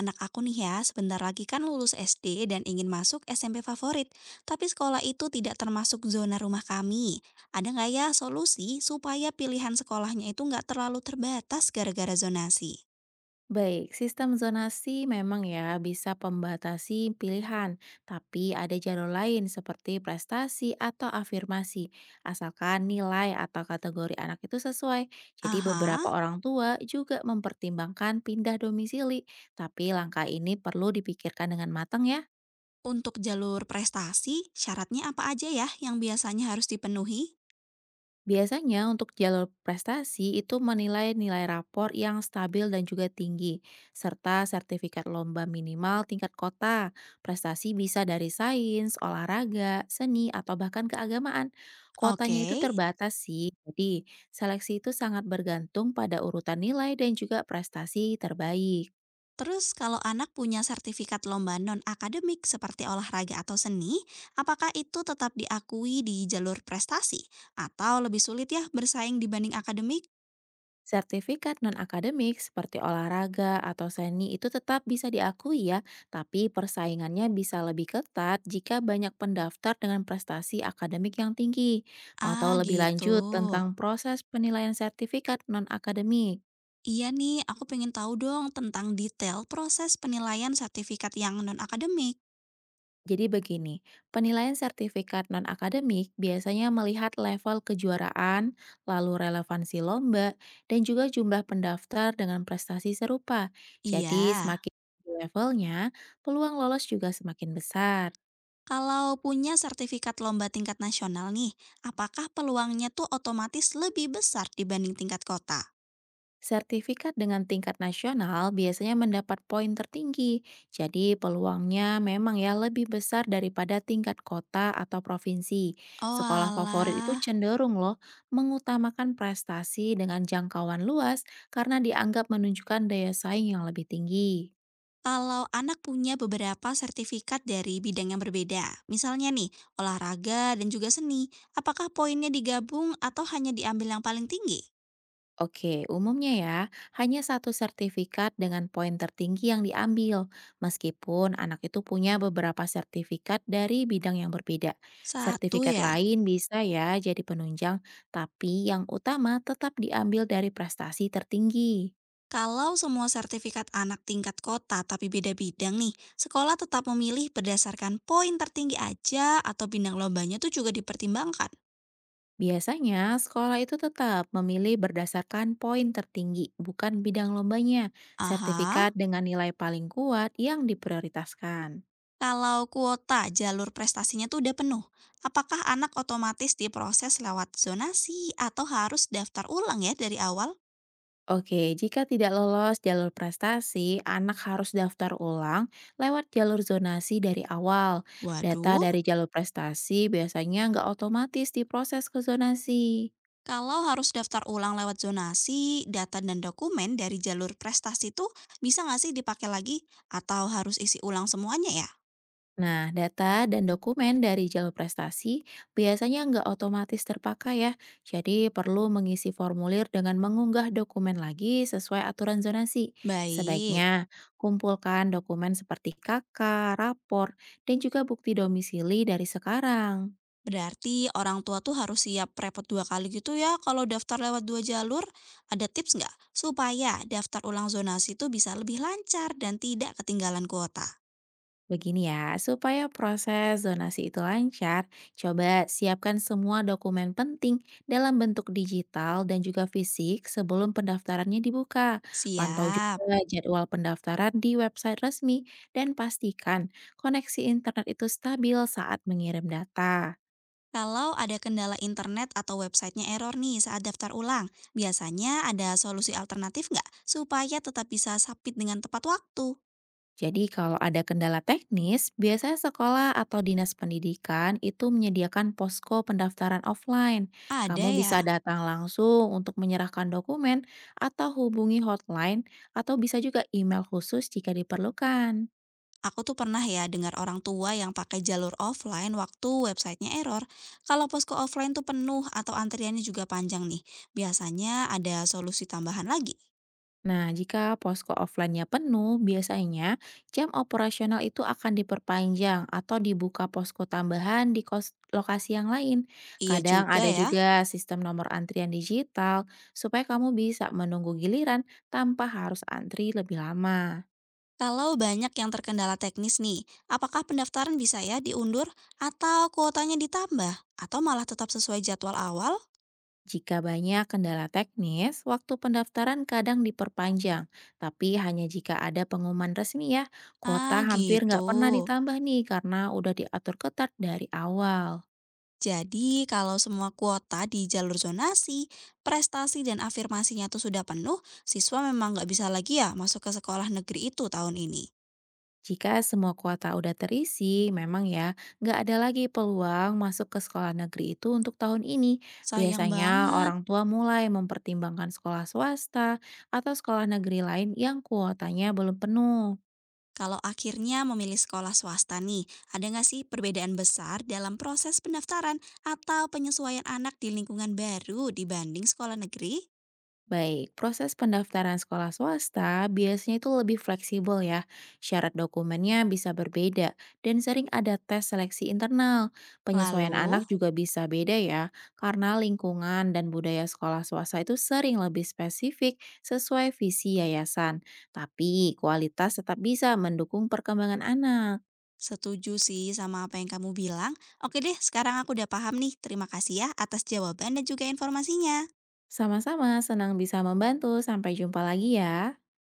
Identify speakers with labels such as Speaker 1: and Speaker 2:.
Speaker 1: Anak aku nih ya, sebentar lagi kan lulus SD dan ingin masuk SMP favorit, tapi sekolah itu tidak termasuk zona rumah kami. Ada nggak ya solusi supaya pilihan sekolahnya itu nggak terlalu terbatas gara-gara zonasi?
Speaker 2: Baik, sistem zonasi memang ya bisa pembatasi pilihan, tapi ada jalur lain seperti prestasi atau afirmasi, asalkan nilai atau kategori anak itu sesuai. Jadi beberapa
Speaker 1: Aha,
Speaker 2: orang tua juga mempertimbangkan pindah domisili, tapi langkah ini perlu dipikirkan dengan matang ya.
Speaker 1: untuk jalur prestasi, syaratnya apa aja ya yang biasanya harus dipenuhi?
Speaker 2: Biasanya untuk jalur prestasi itu menilai nilai rapor yang stabil dan juga tinggi, serta sertifikat lomba minimal tingkat kota. Prestasi bisa dari sains, olahraga, seni, atau bahkan keagamaan.
Speaker 1: Oke.
Speaker 2: Kuotanya itu terbatas sih, jadi seleksi itu sangat bergantung pada urutan nilai dan juga prestasi terbaik.
Speaker 1: Terus kalau anak punya sertifikat lomba non-akademik seperti olahraga atau seni, apakah itu tetap diakui di jalur prestasi? Atau lebih sulit ya bersaing dibanding akademik?
Speaker 2: Sertifikat non-akademik seperti olahraga atau seni itu tetap bisa diakui ya, tapi persaingannya bisa lebih ketat jika banyak pendaftar dengan prestasi akademik yang tinggi. Mau
Speaker 1: Ah
Speaker 2: tahu lebih
Speaker 1: gitu.
Speaker 2: lanjut tentang proses penilaian sertifikat non-akademik?
Speaker 1: Iya nih, aku pengen tahu dong tentang detail proses penilaian sertifikat yang non-akademik.
Speaker 2: Jadi begini, penilaian sertifikat non-akademik biasanya melihat level kejuaraan, lalu relevansi lomba, dan juga jumlah pendaftar dengan prestasi serupa.
Speaker 1: Iya,
Speaker 2: Jadi semakin tinggi levelnya, peluang lolos juga semakin besar.
Speaker 1: kalau punya sertifikat lomba tingkat nasional nih, apakah peluangnya tuh otomatis lebih besar dibanding tingkat kota?
Speaker 2: Sertifikat dengan tingkat nasional biasanya mendapat poin tertinggi, jadi peluangnya memang ya lebih besar daripada tingkat kota atau provinsi.
Speaker 1: Oh
Speaker 2: Sekolah favorit itu
Speaker 1: alah,
Speaker 2: cenderung loh mengutamakan prestasi dengan jangkauan luas karena dianggap menunjukkan daya saing yang lebih tinggi.
Speaker 1: kalau anak punya beberapa sertifikat dari bidang yang berbeda, misalnya nih olahraga dan juga seni, apakah poinnya digabung atau hanya diambil yang paling tinggi?
Speaker 2: Oke, umumnya ya, hanya satu sertifikat dengan poin tertinggi yang diambil, meskipun anak itu punya beberapa sertifikat dari bidang yang berbeda.
Speaker 1: Satu
Speaker 2: Sertifikat
Speaker 1: ya,
Speaker 2: lain bisa ya jadi penunjang, tapi yang utama tetap diambil dari prestasi tertinggi.
Speaker 1: kalau semua sertifikat anak tingkat kota tapi beda bidang nih, sekolah tetap memilih berdasarkan poin tertinggi aja atau bintang lombanya tuh juga dipertimbangkan.
Speaker 2: Biasanya, sekolah itu tetap memilih berdasarkan poin tertinggi, bukan bidang lombanya.
Speaker 1: Aha,
Speaker 2: Sertifikat dengan nilai paling kuat yang diprioritaskan.
Speaker 1: kalau kuota jalur prestasinya tuh udah penuh, apakah anak otomatis diproses lewat zonasi atau harus daftar ulang ya dari awal?
Speaker 2: Oke, jika tidak lolos jalur prestasi, anak harus daftar ulang lewat jalur zonasi dari awal. Data
Speaker 1: Waduh,
Speaker 2: dari jalur prestasi biasanya nggak otomatis diproses ke zonasi.
Speaker 1: kalau harus daftar ulang lewat zonasi, data dan dokumen dari jalur prestasi itu bisa nggak sih dipakai lagi? Atau harus isi ulang semuanya ya?
Speaker 2: Nah, data dan dokumen dari jalur prestasi biasanya nggak otomatis terpakai ya, jadi perlu mengisi formulir dengan mengunggah dokumen lagi sesuai aturan zonasi.
Speaker 1: Baik,
Speaker 2: Sebaiknya kumpulkan dokumen seperti KK, rapor, dan juga bukti domisili dari sekarang.
Speaker 1: berarti orang tua tuh harus siap repot dua kali gitu ya kalau daftar lewat dua jalur. Ada tips nggak supaya daftar ulang zonasi itu bisa lebih lancar dan tidak ketinggalan kuota?
Speaker 2: Begini ya, supaya proses donasi itu lancar, coba siapkan semua dokumen penting dalam bentuk digital dan juga fisik sebelum pendaftarannya dibuka. Pantau juga
Speaker 1: Siap.
Speaker 2: jadwal pendaftaran di website resmi dan pastikan koneksi internet itu stabil saat mengirim data.
Speaker 1: Kalau ada kendala internet atau websitenya error nih saat daftar ulang, biasanya ada solusi alternatif nggak supaya tetap bisa submit dengan tepat waktu?
Speaker 2: Jadi kalau ada kendala teknis, biasanya sekolah atau dinas pendidikan itu menyediakan posko pendaftaran offline. Kamu
Speaker 1: Ada ya.
Speaker 2: bisa datang langsung untuk menyerahkan dokumen atau hubungi hotline atau bisa juga email khusus jika diperlukan.
Speaker 1: Aku tuh pernah ya dengar orang tua yang pakai jalur offline waktu websitenya error. Kalau posko offline tuh penuh atau antriannya juga panjang nih. Biasanya ada solusi tambahan lagi.
Speaker 2: Nah, jika posko offline-nya penuh, biasanya jam operasional itu akan diperpanjang atau dibuka posko tambahan di kos lokasi yang lain.
Speaker 1: Iya
Speaker 2: Kadang
Speaker 1: juga
Speaker 2: ada
Speaker 1: ya.
Speaker 2: juga sistem nomor antrian digital supaya kamu bisa menunggu giliran tanpa harus antri lebih lama.
Speaker 1: Kalau banyak yang terkendala teknis nih, apakah pendaftaran bisa ya diundur atau kuotanya ditambah atau malah tetap sesuai jadwal awal?
Speaker 2: Jika banyak kendala teknis, waktu pendaftaran kadang diperpanjang, tapi hanya jika ada pengumuman resmi ya. Kota
Speaker 1: Ah,
Speaker 2: hampir
Speaker 1: gitu.
Speaker 2: nggak pernah ditambah nih karena udah diatur ketat dari awal.
Speaker 1: Jadi, kalau semua kuota di jalur zonasi, prestasi dan afirmasinya tuh sudah penuh, siswa memang nggak bisa lagi ya masuk ke sekolah negeri itu tahun ini.
Speaker 2: Jika semua kuota udah terisi, memang ya nggak ada lagi peluang masuk ke sekolah negeri itu untuk tahun ini.
Speaker 1: Sayang
Speaker 2: Biasanya
Speaker 1: banget.
Speaker 2: orang tua mulai mempertimbangkan sekolah swasta atau sekolah negeri lain yang kuotanya belum penuh.
Speaker 1: Kalau akhirnya memilih sekolah swasta nih, ada nggak sih perbedaan besar dalam proses pendaftaran atau penyesuaian anak di lingkungan baru dibanding sekolah negeri?
Speaker 2: Baik, proses pendaftaran sekolah swasta biasanya itu lebih fleksibel ya. Syarat dokumennya bisa berbeda dan sering ada tes seleksi internal. Penyesuaian
Speaker 1: Lalu,
Speaker 2: anak juga bisa beda ya, karena lingkungan dan budaya sekolah swasta itu sering lebih spesifik sesuai visi yayasan. Tapi kualitas tetap bisa mendukung perkembangan anak.
Speaker 1: setuju sih sama apa yang kamu bilang? Oke deh, sekarang aku udah paham nih. Terima kasih ya atas jawaban dan juga informasinya.
Speaker 2: Sama-sama senang bisa membantu, sampai jumpa lagi ya.